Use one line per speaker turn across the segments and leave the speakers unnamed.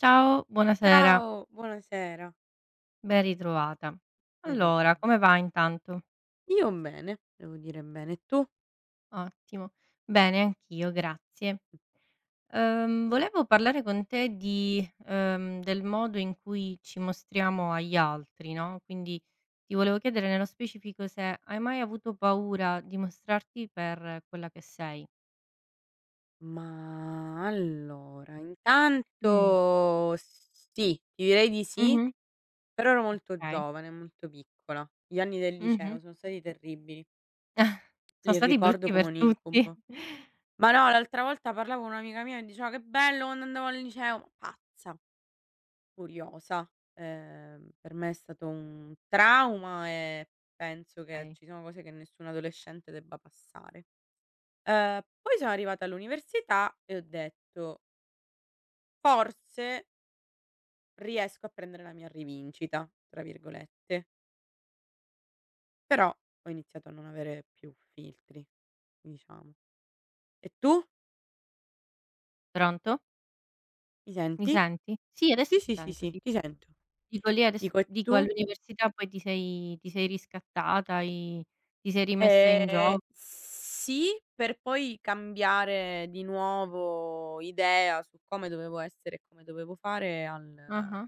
Ciao, buonasera,
Ciao, buonasera.
ben ritrovata.
Ben
Allora, come
ritrovata.
va intanto?
Io bene, devo dire bene. E tu?
Ottimo. Bene, anch'io, grazie. Volevo parlare con te di, del modo in cui ci mostriamo agli altri, no, quindi ti volevo chiedere nello specifico se hai mai avuto paura di mostrarti per quella che sei.
Ma allora,
Mh.
intanto sì, ti direi di sì,
Mh-mh.
però ero molto
Okay.
giovane, molto piccola. Gli anni del
Mh-mh.
liceo sono stati terribili,
Sono
li
stati
ricordo
brutti
come
per
un
tutti.
incubo. Ma no, l'altra volta parlavo con un'amica mia e diceva: "Che bello quando andavo al liceo", ma pazza. Furiosa. Per me è stato un trauma e penso che
Okay.
ci sono cose che nessun adolescente debba passare. Poi sono arrivata all'università e ho detto: "Forse riesco a prendere la mia "rivincita" tra virgolette", però ho iniziato a non avere più filtri, diciamo. E tu?
Pronto?
Mi
Mi
senti?
senti? Sì, adesso
Sì,
ti
sì, sì,
sento,
sì,
sì.
ti sento.
Dico lì ades
Dico e
dico
tu?
all'università poi ti sei riscattata, hai ti sei rimessa in gio
Sì, per poi cambiare di nuovo idea su come dovevo essere e come dovevo fare al
ah-ah,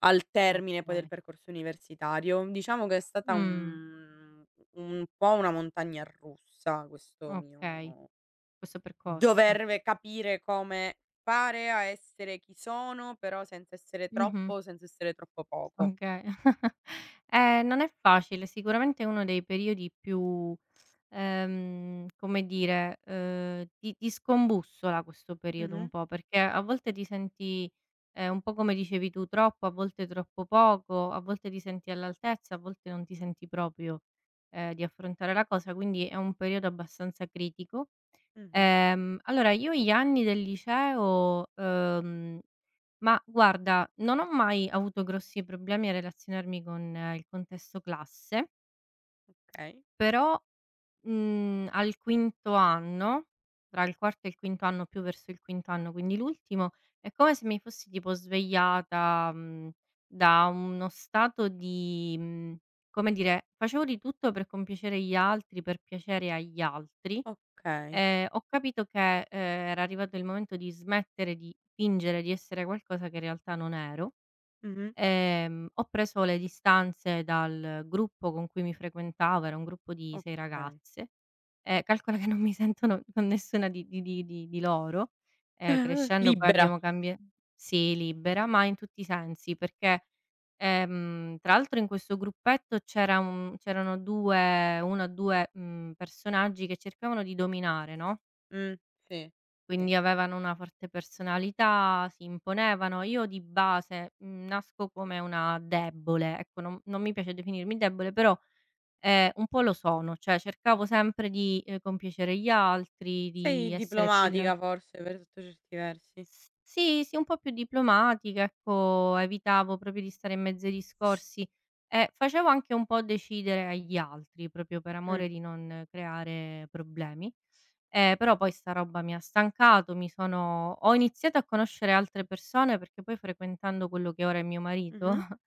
al termine poi del
okay.
percorso universitario. Diciamo che è stata
Mh,
un po' una montagna russa questo
okay,
mio
questo percorso.
dover ve capire come fare a essere chi sono, però senza essere
Mh-mh,
troppo, senza essere troppo poco.
okay. Non è facile, sicuramente è uno dei periodi più come dire, ti scombussola questo periodo un
Mh-mh,
po', perché a volte ti senti, un po' come dicevi tu, troppo, a volte troppo poco, a volte ti senti all'altezza, a volte non ti senti proprio, di affrontare la cosa, quindi è un periodo abbastanza critico.
mh-mh.
Allora io gli anni del liceo ma guarda, non ho mai avuto grossi problemi a relazionarmi con il contesto classe,
Okay,
però al quinto anno, tra il quarto e il quinto anno, più verso il quinto anno, quindi l'ultimo, è come se mi fossi tipo svegliata, da uno stato di come dire, facevo di tutto per compiacere gli altri, per piacere agli altri.
okay.
Ho capito che, era arrivato il momento di smettere di fingere di essere qualcosa che in realtà non ero.
Mh-mh,
Ho preso le distanze dal gruppo con cui mi frequentavo, era un gruppo di 6
okay.
ragazze, e calcola che non mi sento no con nessuna di loro.
Ah-ah.
Crescendo poi
Libera.
abbiamo cambia sì, libera, ma in tutti i sensi, perché, tra l'altro in questo gruppetto c'erano 2 1 o 2, personaggi che cercavano di dominare, no?
Mh, sì, sì.
Quindi avevano una forte personalità, si imponevano. Io di base, nasco come una debole, ecco, non mi piace definirmi debole, però, un po' lo sono, cioè cercavo sempre di, compiacere gli altri, di
Sei
essere più il
diplomatica forse per sotto certi versi.
Sì, un po' più diplomatica, ecco, evitavo proprio di stare in mezzo ai discorsi e facevo anche un po' decidere agli altri, proprio per amore
Mh.
di non creare problemi. Però poi sta roba mi ha stancato, mi sono ho iniziato a conoscere altre persone, perché poi frequentando quello che ora è mio marito,
Mh-mh.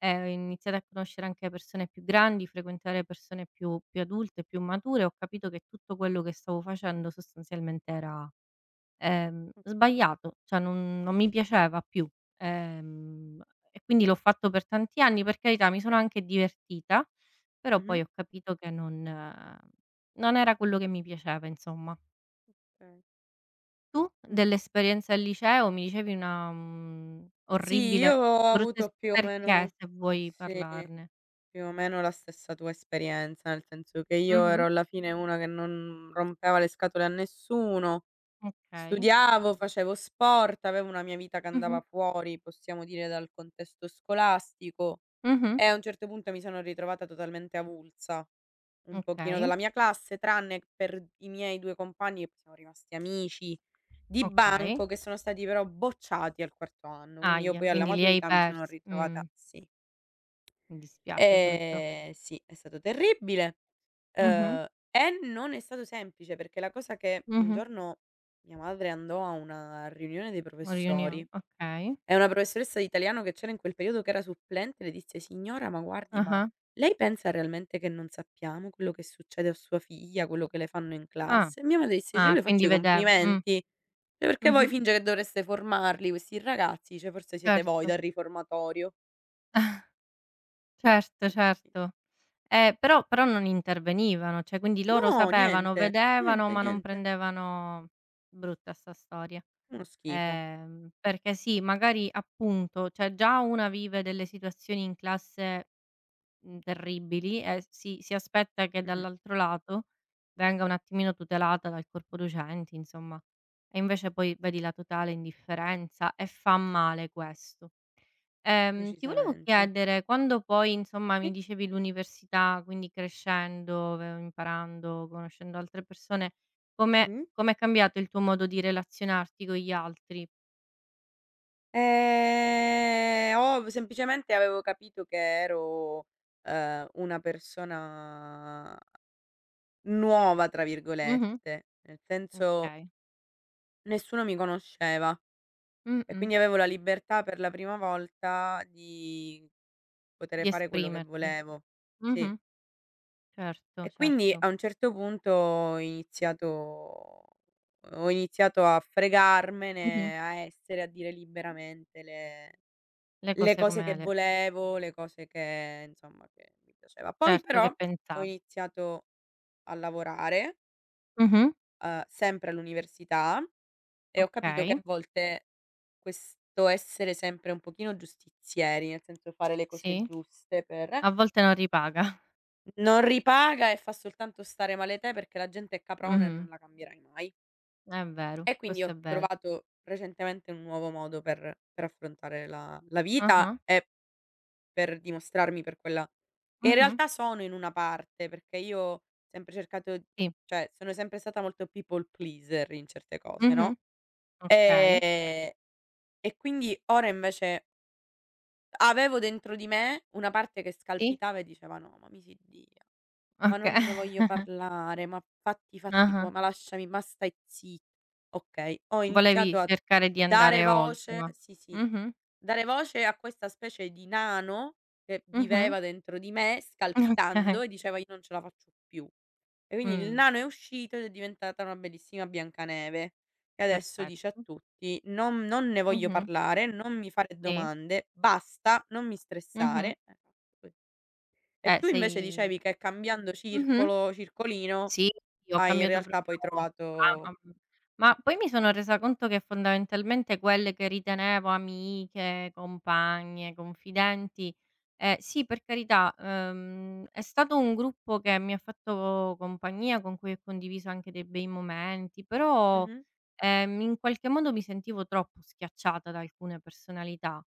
ho iniziato a conoscere anche persone più grandi, frequentare persone più adulte, più mature, ho capito che tutto quello che stavo facendo sostanzialmente era
Okay.
sbagliato, cioè non mi piaceva più. Ehm, e quindi l'ho fatto per tanti anni, per carità mi sono anche divertita, però poi
Mh-mh.
ho capito che non non era quello che mi piaceva insomma.
Okay.
Tu
Mh.
dell'esperienza al liceo mi dicevi una,
Sì, io
orribile,
ho
brutta es
avuto più o
perché
meno
se vuoi
sì,
parlarne?
più o meno la stessa tua esperienza, nel senso che io
Mh-mh,
ero alla fine una che non rompeva le scatole a nessuno,
okay.
studiavo, facevo sport, avevo una mia vita che
Mh-mh,
andava fuori, possiamo dire, dal contesto scolastico
mh-mh,
e a un certo punto mi sono ritrovata totalmente avulsa. Un pochino
okay,
dalla mia classe, tranne per i miei 2 compagni, che poi siamo rimasti amici di
okay.
banco, che sono stati però bocciati al quarto anno. Quindi io
Ahia,
poi alla
quindi li hai
maturità mi sono
persi.
ritrovata sì.
Mi dispiace, è brutto.
Sì, è stato terribile,
Mh-mh.
uhm, e non è stato semplice, perché la cosa che un
Mh-mh.
giorno mia madre andò a una riunione dei professori
Riunion okay.
è una professoressa di italiano che c'era in quel periodo che era supplente, le disse: "Signora, ma guardi, ma
Ah-ah.
lei pensa realmente che non sappiamo quello che succede a sua figlia, quello che le fanno in
Ah.
classe?" E mia madre disse: "Cioè,
Ah,
"Io le
quindi
faccio i
vedev.
complimenti, cioè perché voi
Mh-mh.
finge che dovreste formarli questi ragazzi, cioè forse siete
Certo.
voi dal riformatorio."
Certo,
Eh sì.
certo. Però non intervenivano, cioè quindi loro
No,
sapevano,
niente,
vedevano,
niente,
ma non
niente.
prendevano brutta 'sta storia.
Uno schifo.
Perché sì, magari appunto, cioè già una vive delle situazioni in classe terribili e si aspetta che
Mh-mh,
dall'altro lato venga un attimino tutelata dal corpo docenti, insomma. E invece poi vedi la totale indifferenza e fa male questo. Ti volevo
decisamente.
chiedere, quando poi insomma mi
Sì,
dicevi l'università, quindi crescendo, ve imparando, conoscendo altre persone, come
mh.
com'è cambiato il tuo modo di relazionarti con gli altri?
Ho semplicemente avevo capito che ero, una persona "nuova" tra
Mh-mh.
virgolette, nel senso
Okay.
nessuno mi conosceva e
Mh-mh.
quindi avevo la libertà per la prima volta di potere
Di
fare quello che
esprimerti.
volevo. Sì.
Mh-mh. Certo,
E quindi
certo.
a un certo punto ho iniziato a
Mh-mh.
fregarmene, a essere, a dire liberamente
Le
le
cose
cose che
come le
volevo, le cose che insomma che mi piaceva. Poi
certo che
però ho
pensa
iniziato a lavorare,
mh-mh,
sempre all'università e ho capito che
okay,
a volte questo essere sempre un pochino giustizieri, nel senso fare le cose
sì.
giuste per
A volte non ripaga.
non ripaga e fa soltanto stare male te perché la gente è caprona e
Mh-mh,
non la cambierai mai.
è vero,
E quindi
questo
ho
è vero.
trovato recentemente un nuovo modo per affrontare la vita
Ah-ah,
e per dimostrarmi per quella che in
mh-mh,
realtà sono in una parte, perché io ho sempre cercato
sì,
cioè sono sempre stata molto people pleaser in certe cose,
mh-mh,
no,
okay,
ehm, e quindi ora invece avevo dentro di me una parte che
sì,
scalpitava e diceva: "No, ma mi si dia". "Ma
oka
non ne voglio parlare, ma fatti i fatti
ah-ah.
tuoi, ma lasciami, ma stai zit" Okay, ho
Volevi
iniziato a
cercare di
dare
andare oltre,
voce
ma
sì, sì,
mh-mh,
dare voce a questa specie di nano che
mh-mh,
viveva dentro di me, scalpitando
okay,
e diceva: "Io non ce la faccio più". E quindi il
mh,
nano è uscito ed è diventata una bellissima Biancaneve, che adesso dice a
perfetto.
tutti: "Non non ne voglio
Mh-mh,
parlare, non mi fare
sì,
domande, basta, non mi
mh-mh.
stressare". Eh, e tu invece
Sei
dicevi che cambiando
mh-mh.
circolo circolino,
Sì, sì, ho
hai in
cambiato
realtà poi
proprio
trovato
mamma m ma poi mi sono resa conto che fondamentalmente quelle che ritenevo amiche, compagne, confidenti sì per carità, è stato un gruppo che mi ha fatto compagnia, con cui ho condiviso anche dei bei momenti, però,
mh-mh,
in qualche modo mi sentivo troppo schiacciata da alcune personalità.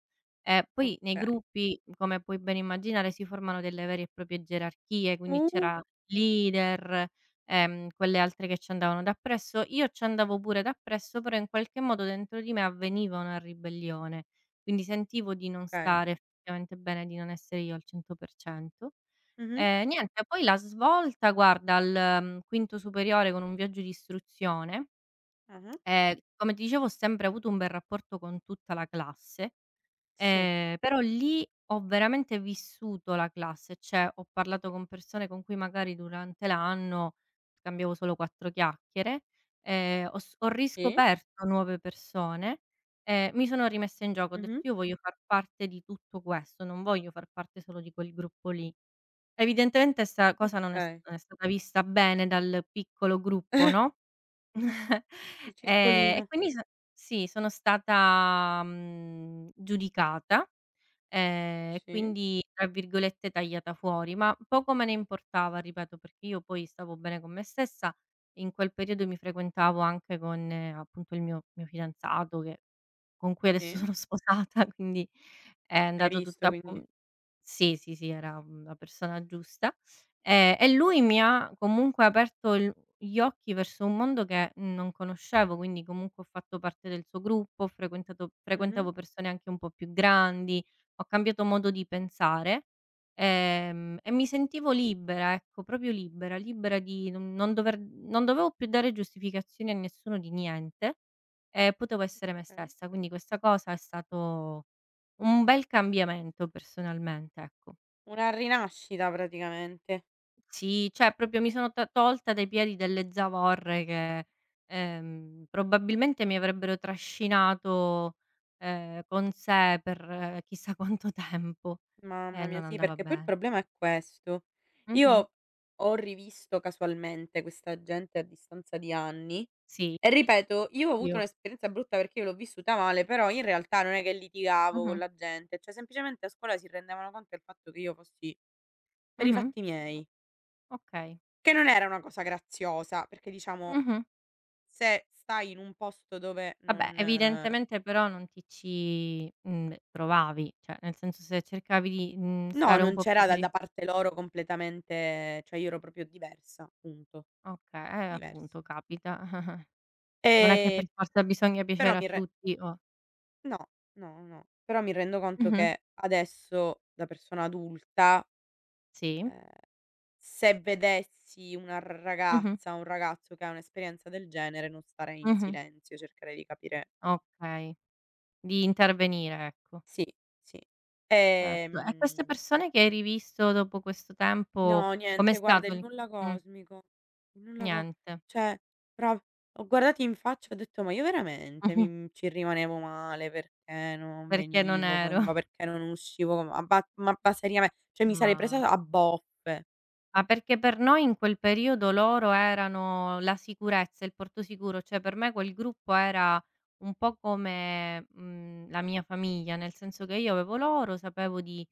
E poi nei
okay.
gruppi, come puoi ben immaginare, si formano delle vere e proprie gerarchie, quindi
Uh,
c'era leader quelle altre che ci andavano dappresso, io ci andavo pure dappresso, però in qualche modo dentro di me avveniva una ribellione. Quindi sentivo di non
okay.
stare effettivamente bene, di non essere io al 100%.
Mh-mh,
E niente, poi la svolta guarda al, quinto superiore con un viaggio di istruzione,
ah-ah,
come ti dicevo ho sempre avuto un bel rapporto con tutta la classe
sì,
Però lì ho veramente vissuto la classe, cioè ho parlato con persone con cui magari durante l'anno scambiavo solo 4 chiacchiere, ho
sì,
riscoperto nuove persone, mi sono rimessa in gioco, ho detto:
mh-mh,
"Io voglio far parte di tutto questo, non voglio far parte solo di quel gruppo lì". Evidentemente 'sta cosa
okay.
non è stata vista bene dal piccolo gruppo, no.
Il
E
circolino,
quindi so sì, sono stata, giudicata. E
sì,
quindi, tra virgolette, "tagliata fuori", ma poco me ne importava, ripeto, perché io poi stavo bene con me stessa. In quel periodo mi frequentavo anche con, appunto, il mio fidanzato che con cui adesso
sì,
sono sposata, quindi è
hai
andato tutto
visto
a pom
quindi
sì, sì, sì, era, la persona giusta. E lui mi ha comunque aperto il gli occhi verso un mondo che non conoscevo, quindi comunque ho fatto parte del suo gruppo, ho frequentato
mh-mh,
frequentavo persone anche un po' più grandi, ho cambiato modo di pensare, e mi sentivo libera, ecco, proprio libera, libera di non dovevo più dare giustificazioni a nessuno di niente. E potevo essere me
okay.
stessa, quindi questa cosa è stato un bel cambiamento personalmente, ecco.
Una rinascita praticamente.
Sì, cioè proprio mi sono to tolta dai piedi delle zavorre che, probabilmente mi avrebbero trascinato, con sé per chissà quanto tempo e
Mamma mia,
non
sì,
andava
perché poi il
bene.
problema è questo.
Mh-mh.
Io ho rivisto casualmente questa gente a distanza di anni.
Sì,
E ripeto, io ho avuto
io.
un'esperienza brutta perché io l'ho vissuta male, però in realtà non è che litigavo con
Mh-mh.
la gente, cioè semplicemente a scuola si rendevano conto del fatto che io fossi per i
Mh-mh.
fatti miei,
Okay.
che non era una cosa graziosa, perché diciamo
Mh-mh.
se stai in un posto dove
Vabbè,
non
evidentemente però non ti ci, provavi, cioè nel senso se cercavi di,
no,
stare un
non
po' più
c'era da
per
da
i
parte loro completamente cioè io ero proprio diversa, punto,
okay,
diversa.
appunto capita. Non è che
Ehm,
per forza bisogna
Però
piacere a
mi re
tutti o
no, no, no, però mi rendo conto
mh-mh,
che adesso da persona adulta.
sì,
Ehm, Se vedessi una
mh-mh,
ragazza o un ragazzo che ha un'esperienza del genere non starei in
mh-mh,
silenzio, cercherei di capire
okay, di intervenire ecco,
sì, sì.
certo. E queste
Ehm,
persone che hai rivisto dopo questo tempo,
no
com'è
niente guarda
stato
il
il
nulla
mh,
cosmico, il nulla co
niente,
cioè pro l'ho guardati in faccia e ho detto: "Ma io veramente mi mhmm, ci rimanevo male perché non
perché non
venivo co
ero.
ma perché non uscivo co ma ba seriame cioè mi sarei
Ma
presa a boffe."
Ma perché per noi in quel periodo loro erano la sicurezza, il porto sicuro, cioè per me quel gruppo era un po' come, la mia famiglia, nel senso che io avevo loro, sapevo di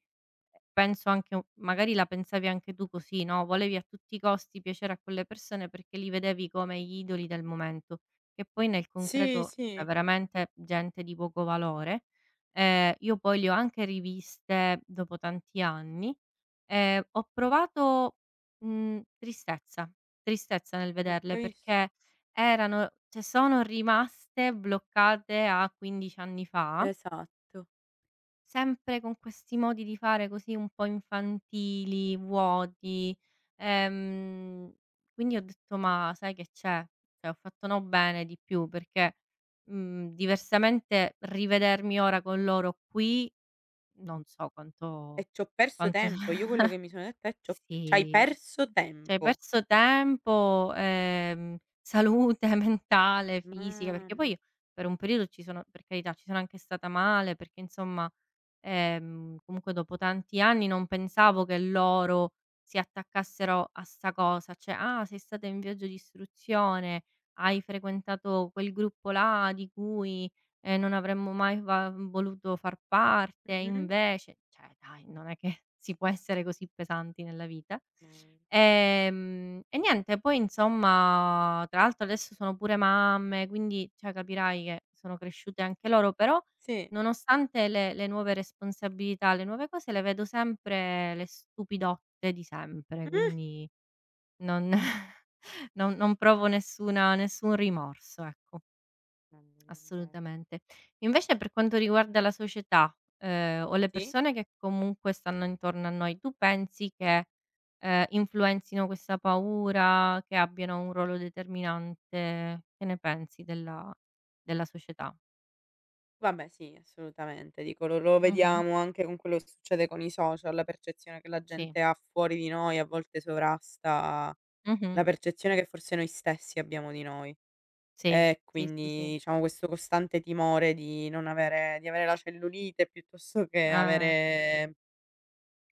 Penso anche u magari la pensavi anche tu così, no, volevi a tutti i costi piacere a quelle persone perché li vedevi come gli idoli del momento, che poi nel
Sì,
concreto è
sì,
veramente gente di poco valore. Io poi le ho anche riviste dopo tanti anni e ho provato, tristezza, tristezza nel
ecco
vederle
hai visto?
perché erano cioè sono rimaste bloccate a 15 anni fa.
Esatto.
Sempre con questi modi di fare così un po' infantili, vuoti, ehm, quindi ho detto: "Ma sai che c'è? Cioè ho fatto no bene di più perché, diversamente rivedermi ora con loro qui non so
E
quanto
c'ho perso
quanto".
tempo. Io quello che mi sono detta è: "C'ho c'hai
Sì,
perso
cioè hai
tempo".
perso tempo, salute mentale, fisica, perché poi
Mamma
io per un periodo ci sono per carità, ci sono anche stata male perché insomma comunque dopo tanti anni non pensavo che loro si attaccassero a 'sta cosa, cioè: "Ah, sei stata in viaggio di istruzione, hai frequentato quel gruppo là di cui, non avremmo mai va voluto far parte,
mh-mh.
invece", cioè dai, non è che si può essere così pesanti nella vita.
Mh.
E niente, poi insomma tra l'altro adesso sono pure mamme, quindi cioè capirai che sono cresciute anche loro, però
Sì.
Nonostante le nuove responsabilità, le nuove cose, le vedo sempre le stupidotte di sempre,
Mh.
quindi non non provo nessuna nessun rimorso, ecco,
Mamma mia, inve
assolutamente. Invece per quanto riguarda la società, o le
sì.
persone che comunque stanno intorno a noi, tu pensi che, influenzino questa paura, che abbiano un ruolo determinante? Che ne pensi della della società?
Vabbè sì, assolutamente. Dico, lo lo
Mh-mh.
vediamo anche con quello che succede con i social, la percezione che la
Sì.
gente ha fuori di noi a volte sovrasta
Mh-mh.
la percezione che forse noi stessi abbiamo di noi.
Sì,
E
sì, sì, sì.
quindi, diciamo, questo costante timore di non avere di avere la cellulite piuttosto che
Ah,
avere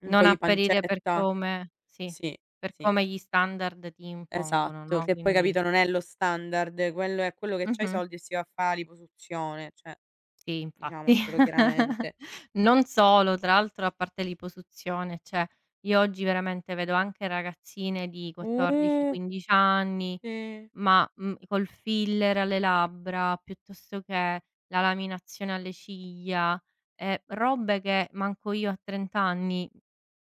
un
non
po' di
apparire per
pancetta
come sì,
sì,
per
sì,
come gli standard ti impongono,
esatto.
no,
Che poi
quindi
capito non è lo standard, quello è quello che c'ha i
mh-mh,
soldi e si va a fa' la liposuzione, cioè
sì infatti.
diciamocelo chiaramente.
Non solo, tra l'altro a parte l'iposuzione, cioè io oggi veramente vedo anche ragazzine di 14,
Uh,
15 anni,
sì,
ma, col filler alle labbra, piuttosto che la laminazione alle ciglia, robe che manco io a 30 anni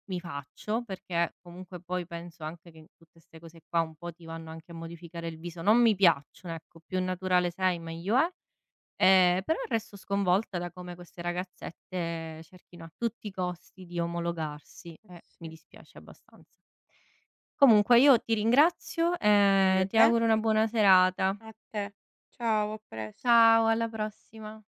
Mi faccio, perché comunque poi penso anche che tutte 'ste cose qua un po' ti vanno anche a modificare il viso. Non mi piacciono, ecco, più naturale sei meglio è, però resto sconvolta da come queste ragazzette cerchino a tutti i costi di omologarsi
eh
e mi
sì.
dispiace abbastanza. Comunque io ti ringrazio
E io
e ti
te?
auguro una buona serata.
A te. Ciao, a pres
Ciao, alla prossima.